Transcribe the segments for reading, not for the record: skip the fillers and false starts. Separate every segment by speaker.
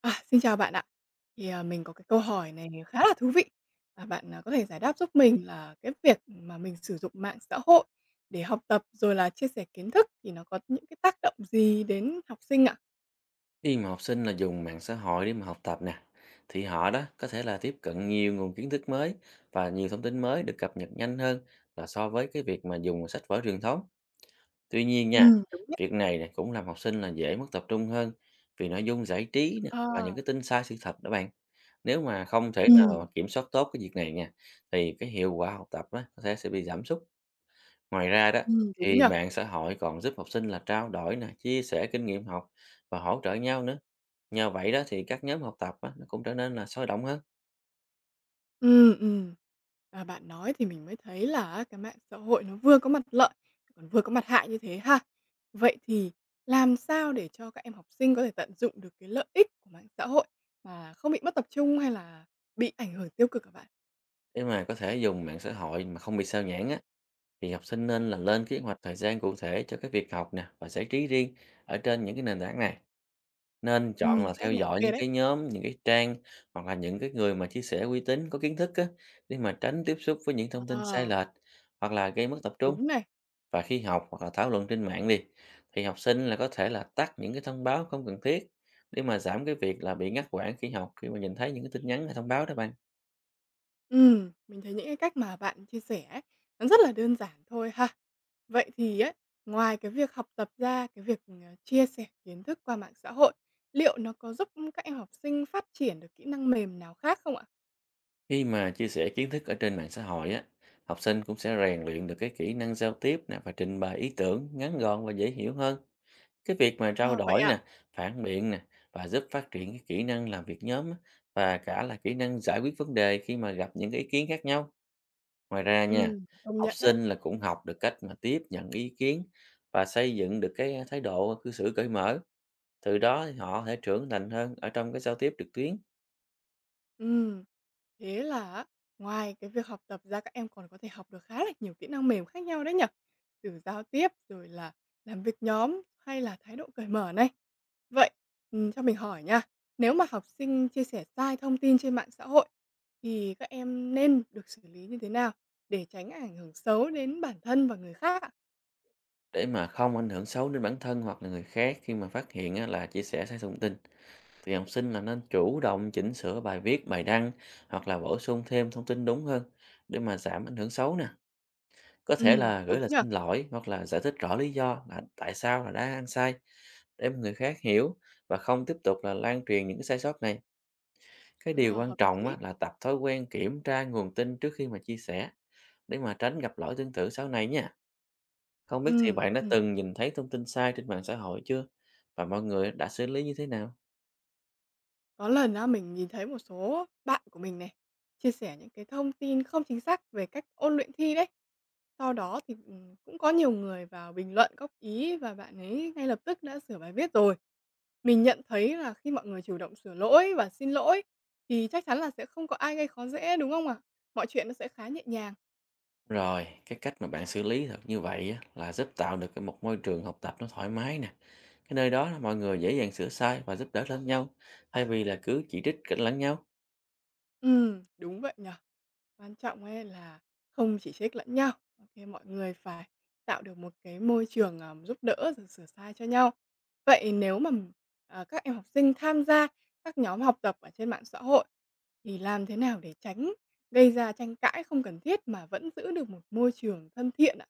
Speaker 1: À, xin chào bạn ạ. Thì, mình có cái câu hỏi này khá là thú vị và bạn, có thể giải đáp giúp mình là cái việc mà mình sử dụng mạng xã hội để học tập rồi là chia sẻ kiến thức thì nó có những cái tác động gì đến học sinh ạ?
Speaker 2: Khi mà học sinh là dùng mạng xã hội để mà học tập nè, thì họ đó có thể là tiếp cận nhiều nguồn kiến thức mới và nhiều thông tin mới được cập nhật nhanh hơn là so với cái việc mà dùng sách vở truyền thống. Tuy nhiên nha,
Speaker 1: Đúng nhất.
Speaker 2: việc này nè cũng làm học sinh là dễ mất tập trung hơn vì nội dung giải trí nè và
Speaker 1: Ờ.
Speaker 2: những cái tin sai sự thật đó bạn. Nếu mà không thể nào mà
Speaker 1: Ừm,
Speaker 2: kiểm soát tốt cái việc này nha, thì cái hiệu quả học tập á, có thể sẽ bị giảm sút. Ngoài ra đó,
Speaker 1: đúng
Speaker 2: thì
Speaker 1: nhỉ?
Speaker 2: mạng xã hội còn giúp học sinh là trao đổi nè, chia sẻ kinh nghiệm học và hỗ trợ nhau nữa. Nhờ vậy đó thì các nhóm học tập á, nó cũng trở nên là sôi động hơn.
Speaker 1: Ừm, ừm. Và bạn nói thì mình mới thấy là cái mạng xã hội nó vừa có mặt lợi, còn vừa có mặt hại như thế ha. Vậy thì làm sao để cho các em học sinh có thể tận dụng được cái lợi ích của mạng xã hội mà không bị mất tập trung hay là bị ảnh hưởng tiêu cực hả bạn?
Speaker 2: Để mà có thể dùng mạng xã hội mà không bị sao nhãng á, thì học sinh nên là lên kế hoạch thời gian cụ thể cho cái việc học nè và giải trí riêng ở trên những cái nền tảng này. Nên chọn là
Speaker 1: Cách
Speaker 2: theo
Speaker 1: này ô
Speaker 2: dõi
Speaker 1: kê
Speaker 2: những
Speaker 1: đấy.
Speaker 2: cái nhóm, những cái trang hoặc là những cái người mà chia sẻ uy tín có kiến thức á, để mà tránh tiếp xúc với những thông tin sai
Speaker 1: Ờ,
Speaker 2: lệch hoặc là gây mất tập trung.
Speaker 1: đúng này.
Speaker 2: Và khi học hoặc là thảo luận trên mạng đi thì học sinh là có thể là tắt những cái thông báo không cần thiết để mà giảm cái việc là bị ngắt quãng khi học khi mà nhìn thấy những cái tin nhắn hay thông báo đó bạn.
Speaker 1: Mình thấy những cái cách mà bạn chia sẻ ấy, nó rất là đơn giản thôi ha. Vậy thì ấy, ngoài cái việc học tập ra, cái việc, chia sẻ kiến thức qua mạng xã hội, liệu nó có giúp các em học sinh phát triển được kỹ năng mềm nào khác không ạ?
Speaker 2: Khi mà chia sẻ kiến thức ở trên mạng xã hội á, học sinh cũng sẽ rèn luyện được cái kỹ năng giao tiếp nè và trình bày ý tưởng ngắn gọn và dễ hiểu hơn. Cái việc mà trao
Speaker 1: Ờ, vậy
Speaker 2: đổi
Speaker 1: ạ?
Speaker 2: nè, phản biện nè và giúp phát triển cái kỹ năng làm việc nhóm á, và cả là kỹ năng giải quyết vấn đề khi mà gặp những cái ý kiến khác nhau. Ngoài ra nha,
Speaker 1: Công
Speaker 2: học
Speaker 1: nhận đấy.
Speaker 2: sinh là cũng học được cách mà tiếp nhận ý kiến và xây dựng được cái thái độ cư xử cởi mở. Từ đó thì họ có thể trưởng thành hơn ở trong cái giao tiếp trực tuyến
Speaker 1: Ừm, thế là á, ngoài cái việc học tập ra các em còn có thể học được khá là nhiều kỹ năng mềm khác nhau đấy nhở. Từ giao tiếp rồi là làm việc nhóm hay là thái độ cởi mở này. Vậy, cho mình hỏi nha, nếu mà học sinh chia sẻ sai thông tin trên mạng xã hội thì các em nên được xử lý như thế nào để tránh ảnh hưởng xấu đến bản thân và người khác ạ?
Speaker 2: để mà không ảnh hưởng xấu đến bản thân hoặc là người khác khi mà phát hiện á, là chia sẻ sai thông tin. Thì học sinh là nên chủ động chỉnh sửa bài viết, bài đăng hoặc là bổ sung thêm thông tin đúng hơn để mà giảm ảnh hưởng xấu nè. Có thể là
Speaker 1: Đúng
Speaker 2: gửi lời
Speaker 1: nhở.
Speaker 2: xin lỗi hoặc là giải thích rõ lý do là tại sao là đã ăn sai để mà người khác hiểu và không tiếp tục là lan truyền những cái sai sót này. Cái điều
Speaker 1: Ờ,
Speaker 2: quan
Speaker 1: hợp
Speaker 2: trọng á,
Speaker 1: lý.
Speaker 2: là tập thói quen kiểm tra nguồn tin trước khi mà chia sẻ để mà tránh gặp lỗi tương tự sau này nha. Không biết thì bạn đã
Speaker 1: Ừ.
Speaker 2: từng nhìn thấy thông tin sai trên mạng xã hội chưa? Và mọi người đã xử lý như thế nào?
Speaker 1: Có lần á, mình nhìn thấy một số bạn của mình này, chia sẻ những cái thông tin không chính xác về cách ôn luyện thi đấy. Sau đó thì, cũng có nhiều người vào bình luận góp ý và bạn ấy ngay lập tức đã sửa bài viết rồi. Mình nhận thấy là khi mọi người chủ động sửa lỗi và xin lỗi thì chắc chắn là sẽ không có ai gây khó dễ, đúng không ạ? Mọi chuyện nó sẽ khá nhẹ nhàng.
Speaker 2: Rồi, cái cách mà bạn xử lý thật như vậy á, là giúp tạo được cái một môi trường học tập nó thoải mái nè. Cái nơi đó là mọi người dễ dàng sửa sai và giúp đỡ lẫn nhau, thay vì là cứ chỉ trích cái lẫn nhau
Speaker 1: Đúng vậy nhở. Quan trọng ấy là không chỉ trích lẫn nhau, mọi người phải tạo được một cái môi trường, giúp đỡ rồi sửa sai cho nhau. Vậy nếu mà, các em học sinh tham gia các nhóm học tập ở trên mạng xã hội, thì làm thế nào để tránh gây ra tranh cãi không cần thiết mà vẫn giữ được một môi trường thân thiện ạ?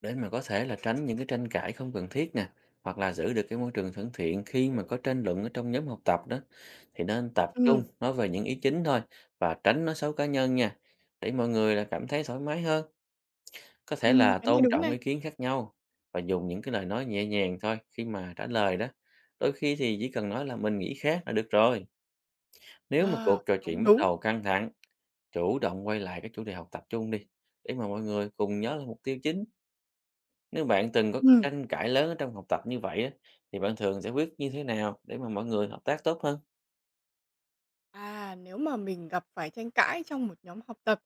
Speaker 2: để mà có thể là tránh những cái tranh cãi không cần thiết nè, hoặc là giữ được cái môi trường thân thiện khi mà có tranh luận ở trong nhóm học tập đó thì nên tập trung
Speaker 1: Ừm,
Speaker 2: nói về những ý chính thôi và tránh nói xấu cá nhân nha, để mọi người là cảm thấy thoải mái hơn. Có thể là
Speaker 1: cái này
Speaker 2: tôn
Speaker 1: đúng
Speaker 2: trọng
Speaker 1: này.
Speaker 2: ý kiến khác nhau và dùng những cái lời nói nhẹ nhàng thôi khi mà trả lời đó. Đôi khi thì chỉ cần nói là mình nghĩ khác là được rồi. Nếu mà
Speaker 1: Ờ,
Speaker 2: cuộc trò
Speaker 1: đúng,
Speaker 2: chuyện bắt
Speaker 1: đúng.
Speaker 2: đầu căng thẳng, chủ động quay lại cái chủ đề học tập chung đi để mà mọi người cùng nhớ là mục tiêu chính. Nếu bạn từng có
Speaker 1: Ừm.
Speaker 2: tranh cãi lớn ở trong học tập như vậy á, thì bạn thường giải quyết như thế nào để mà mọi người hợp tác tốt hơn?
Speaker 1: À, nếu mà mình gặp phải tranh cãi trong một nhóm học tập,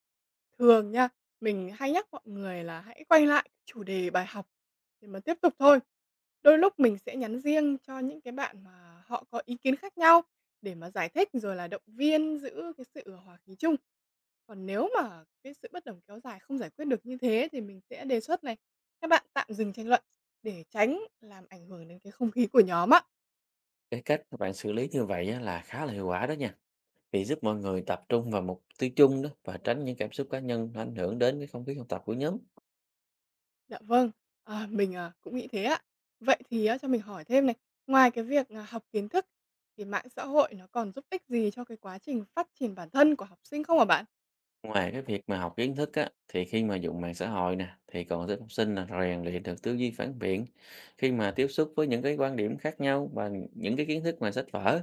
Speaker 1: thường nha, mình hay nhắc mọi người là hãy quay lại chủ đề bài học để mà tiếp tục thôi. Đôi lúc mình sẽ nhắn riêng cho những cái bạn mà họ có ý kiến khác nhau để mà giải thích rồi là động viên giữ cái sự hòa khí chung. Còn nếu mà cái sự bất đồng kéo dài không giải quyết được như thế thì mình sẽ đề xuất này, các bạn tạm dừng tranh luận để tránh làm ảnh hưởng đến cái không khí của nhóm á.
Speaker 2: Cái cách các bạn xử lý như vậy á, là khá là hiệu quả đó nha. Vì giúp mọi người tập trung vào mục tiêu chung đó và tránh những cảm xúc cá nhân nó ảnh hưởng đến cái không khí học tập của nhóm.
Speaker 1: Dạ vâng, mình, cũng nghĩ thế ạ. Vậy thì á, cho mình hỏi thêm này, ngoài cái việc, học kiến thức thì mạng xã hội nó còn giúp ích gì cho cái quá trình phát triển bản thân của học sinh không hả bạn?
Speaker 2: Ngoài cái việc mà học kiến thức á, thì khi mà dùng mạng xã hội nè, thì còn giúp học sinh là rèn luyện được tư duy phản biện khi mà tiếp xúc với những cái quan điểm khác nhau và những cái kiến thức ngoài sách vở.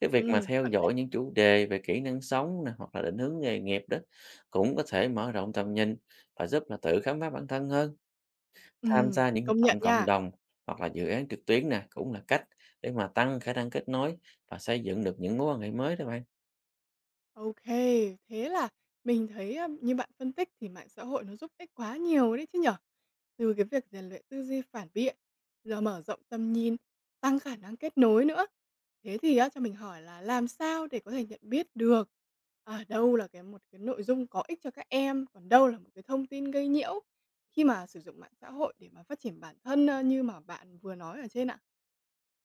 Speaker 2: Cái việc mà
Speaker 1: Ừ
Speaker 2: theo
Speaker 1: chuẩn đấy.
Speaker 2: dõi những chủ đề về kỹ năng sống nè, hoặc là định hướng nghề nghiệp đó cũng có thể mở rộng tầm nhìn và giúp là tự khám phá bản thân hơn. Tham
Speaker 1: Ừ
Speaker 2: gia những hoạt
Speaker 1: công nhận
Speaker 2: động cộng
Speaker 1: nha.
Speaker 2: đồng hoặc là dự án trực tuyến nè cũng là cách để mà tăng khả năng kết nối và xây dựng được những mối quan hệ mới đó bạn.
Speaker 1: OK, thế là mình thấy, như bạn phân tích thì mạng xã hội nó giúp ích quá nhiều đấy chứ nhở. Từ cái việc rèn luyện tư duy phản biện, giờ mở rộng tầm nhìn, tăng khả năng kết nối nữa. Thế thì á, cho mình hỏi là làm sao để có thể nhận biết được, ở đâu là cái một cái nội dung có ích cho các em, còn đâu là một cái thông tin gây nhiễu khi mà sử dụng mạng xã hội để mà phát triển bản thân, như mà bạn vừa nói ở trên ạ?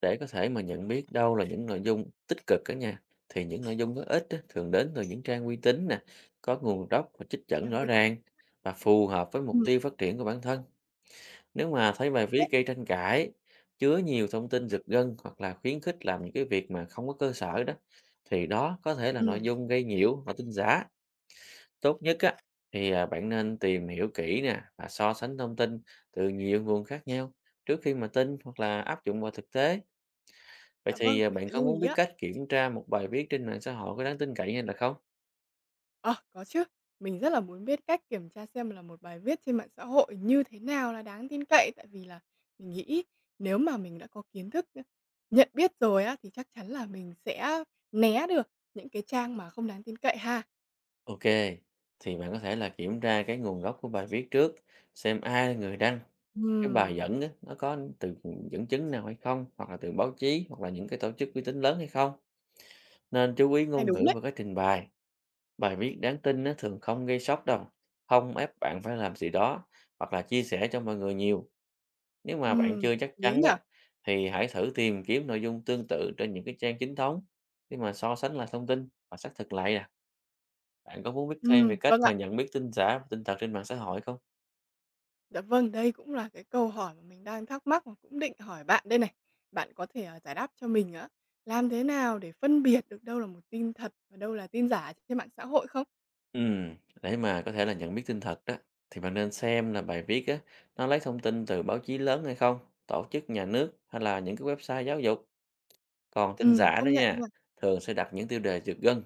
Speaker 2: Để có thể mà nhận biết đâu là những nội dung tích cực đó nha, thì những nội dung có ích á, thường đến từ những trang uy tín nè, có nguồn gốc và trích
Speaker 1: Chà,
Speaker 2: dẫn rõ
Speaker 1: nguy.
Speaker 2: ràng và phù hợp với mục
Speaker 1: Ừm,
Speaker 2: tiêu phát triển của bản thân. Nếu mà thấy
Speaker 1: đúng
Speaker 2: bài
Speaker 1: đấy.
Speaker 2: viết gây tranh cãi, chứa nhiều thông tin giật gân hoặc là khuyến khích làm những cái việc mà không có cơ sở đó, thì đó có thể là nội
Speaker 1: Ừ,
Speaker 2: dung gây nhiễu và tin giả. Tốt nhất á, thì bạn nên tìm hiểu kỹ nè và so sánh thông tin từ nhiều nguồn khác nhau trước khi mà tin hoặc là áp dụng vào thực tế. Vậy
Speaker 1: dạ
Speaker 2: thì,
Speaker 1: vâng, mình
Speaker 2: bạn
Speaker 1: sẽ
Speaker 2: có
Speaker 1: lưu
Speaker 2: muốn
Speaker 1: ý
Speaker 2: biết
Speaker 1: ạ.
Speaker 2: cách kiểm tra một bài viết trên mạng xã hội có đáng tin cậy hay là không?
Speaker 1: Ờ, có chứ. Mình rất là muốn biết cách kiểm tra xem là một bài viết trên mạng xã hội như thế nào là đáng tin cậy, tại vì là mình nghĩ nếu mà mình đã có kiến thức, nhận biết rồi á, thì chắc chắn là mình sẽ né được những cái trang mà không đáng tin cậy ha.
Speaker 2: OK, thì bạn có thể là kiểm tra cái nguồn gốc của bài viết trước, xem ai là người đăng, cái bài
Speaker 1: Ừm,
Speaker 2: dẫn á, nó có từ dẫn chứng nào hay không, hoặc là từ báo chí, hoặc là những cái tổ chức uy tín lớn hay không. Nên chú ý
Speaker 1: hay
Speaker 2: ngôn
Speaker 1: đúng
Speaker 2: ngữ
Speaker 1: đấy.
Speaker 2: và cách trình bày. Bài viết đáng tin nó thường không gây sốc đâu, không ép bạn phải làm gì đó, hoặc là chia sẻ cho mọi người nhiều. Nếu mà bạn chưa chắc
Speaker 1: Hợp lý
Speaker 2: chắn
Speaker 1: nhở.
Speaker 2: đó, thì hãy thử tìm kiếm nội dung tương tự trên những cái trang chính thống để mà so sánh lại thông tin và xác thực lại nè. Bạn có muốn biết thêm về cách
Speaker 1: Vâng
Speaker 2: mà
Speaker 1: ạ.
Speaker 2: nhận biết tin giả và tin thật trên mạng xã hội không?
Speaker 1: Dạ vâng, đây cũng là cái câu hỏi mà mình đang thắc mắc và cũng định hỏi bạn đây này. Bạn có thể, giải đáp cho mình á, làm thế nào để phân biệt được đâu là một tin thật và đâu là tin giả trên mạng xã hội không?
Speaker 2: Ừm, để mà có thể là nhận biết tin thật đó, thì bạn nên xem là bài viết á, nó lấy thông tin từ báo chí lớn hay không, tổ chức nhà nước hay là những cái website giáo dục. Còn tin giả
Speaker 1: Công
Speaker 2: đó
Speaker 1: nhận
Speaker 2: nha,
Speaker 1: nha.
Speaker 2: thường sẽ đặt những tiêu đề giật gân,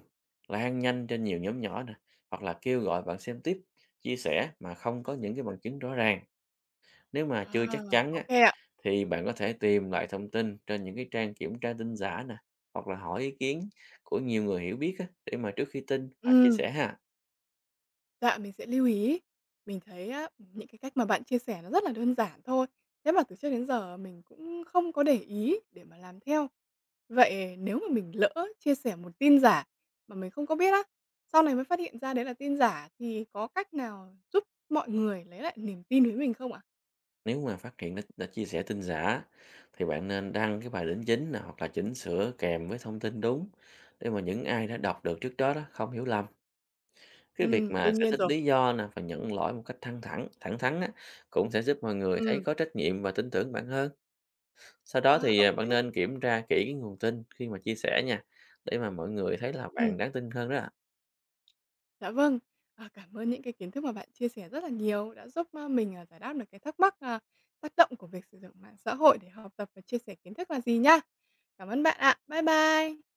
Speaker 2: lan nhanh trên nhiều nhóm nhỏ nè, hoặc là kêu gọi bạn xem tiếp, chia sẻ mà không có những cái bằng chứng rõ ràng. Nếu mà chưa chắc
Speaker 1: À,
Speaker 2: chắn
Speaker 1: ô
Speaker 2: á,
Speaker 1: kê ạ.
Speaker 2: thì bạn có thể tìm lại thông tin trên những cái trang kiểm tra tin giả nè, hoặc là hỏi ý kiến của nhiều người hiểu biết á, để mà trước khi tin và chia
Speaker 1: Ừm,
Speaker 2: sẻ ha.
Speaker 1: dạ, mình sẽ lưu ý. Mình thấy á, những cái cách mà bạn chia sẻ nó rất là đơn giản thôi, thế mà từ trước đến giờ mình cũng không có để ý để mà làm theo. Vậy nếu mà mình lỡ chia sẻ một tin giả mà mình không có biết á, sau này mới phát hiện ra đấy là tin giả thì có cách nào giúp mọi người lấy lại niềm tin với mình không ạ?
Speaker 2: Nếu mà phát hiện đã chia sẻ tin giả thì bạn nên đăng cái bài đính chính nè, hoặc là chỉnh sửa kèm với thông tin đúng để mà những ai đã đọc được trước đó đó không hiểu lầm. Cái việc mà
Speaker 1: Đương
Speaker 2: giải
Speaker 1: nhiên
Speaker 2: thích
Speaker 1: rồi.
Speaker 2: lý do nè và nhận lỗi một cách thẳng thắn á, cũng sẽ giúp mọi người thấy
Speaker 1: Ừm.
Speaker 2: có trách nhiệm và tin tưởng bạn hơn. Sau đó
Speaker 1: À,
Speaker 2: thì,
Speaker 1: ô
Speaker 2: bạn
Speaker 1: kê.
Speaker 2: nên kiểm tra kỹ cái nguồn tin khi mà chia sẻ nha, để mà mọi người thấy là bạn
Speaker 1: Ừm.
Speaker 2: đáng tin hơn đó ạ.
Speaker 1: Dạ vâng. À, cảm ơn những cái kiến thức mà bạn chia sẻ rất là nhiều đã giúp, mình, giải đáp được cái thắc mắc, tác động của việc sử dụng mạng xã hội để học tập và chia sẻ kiến thức là gì nha. Cảm ơn bạn ạ. Bye bye.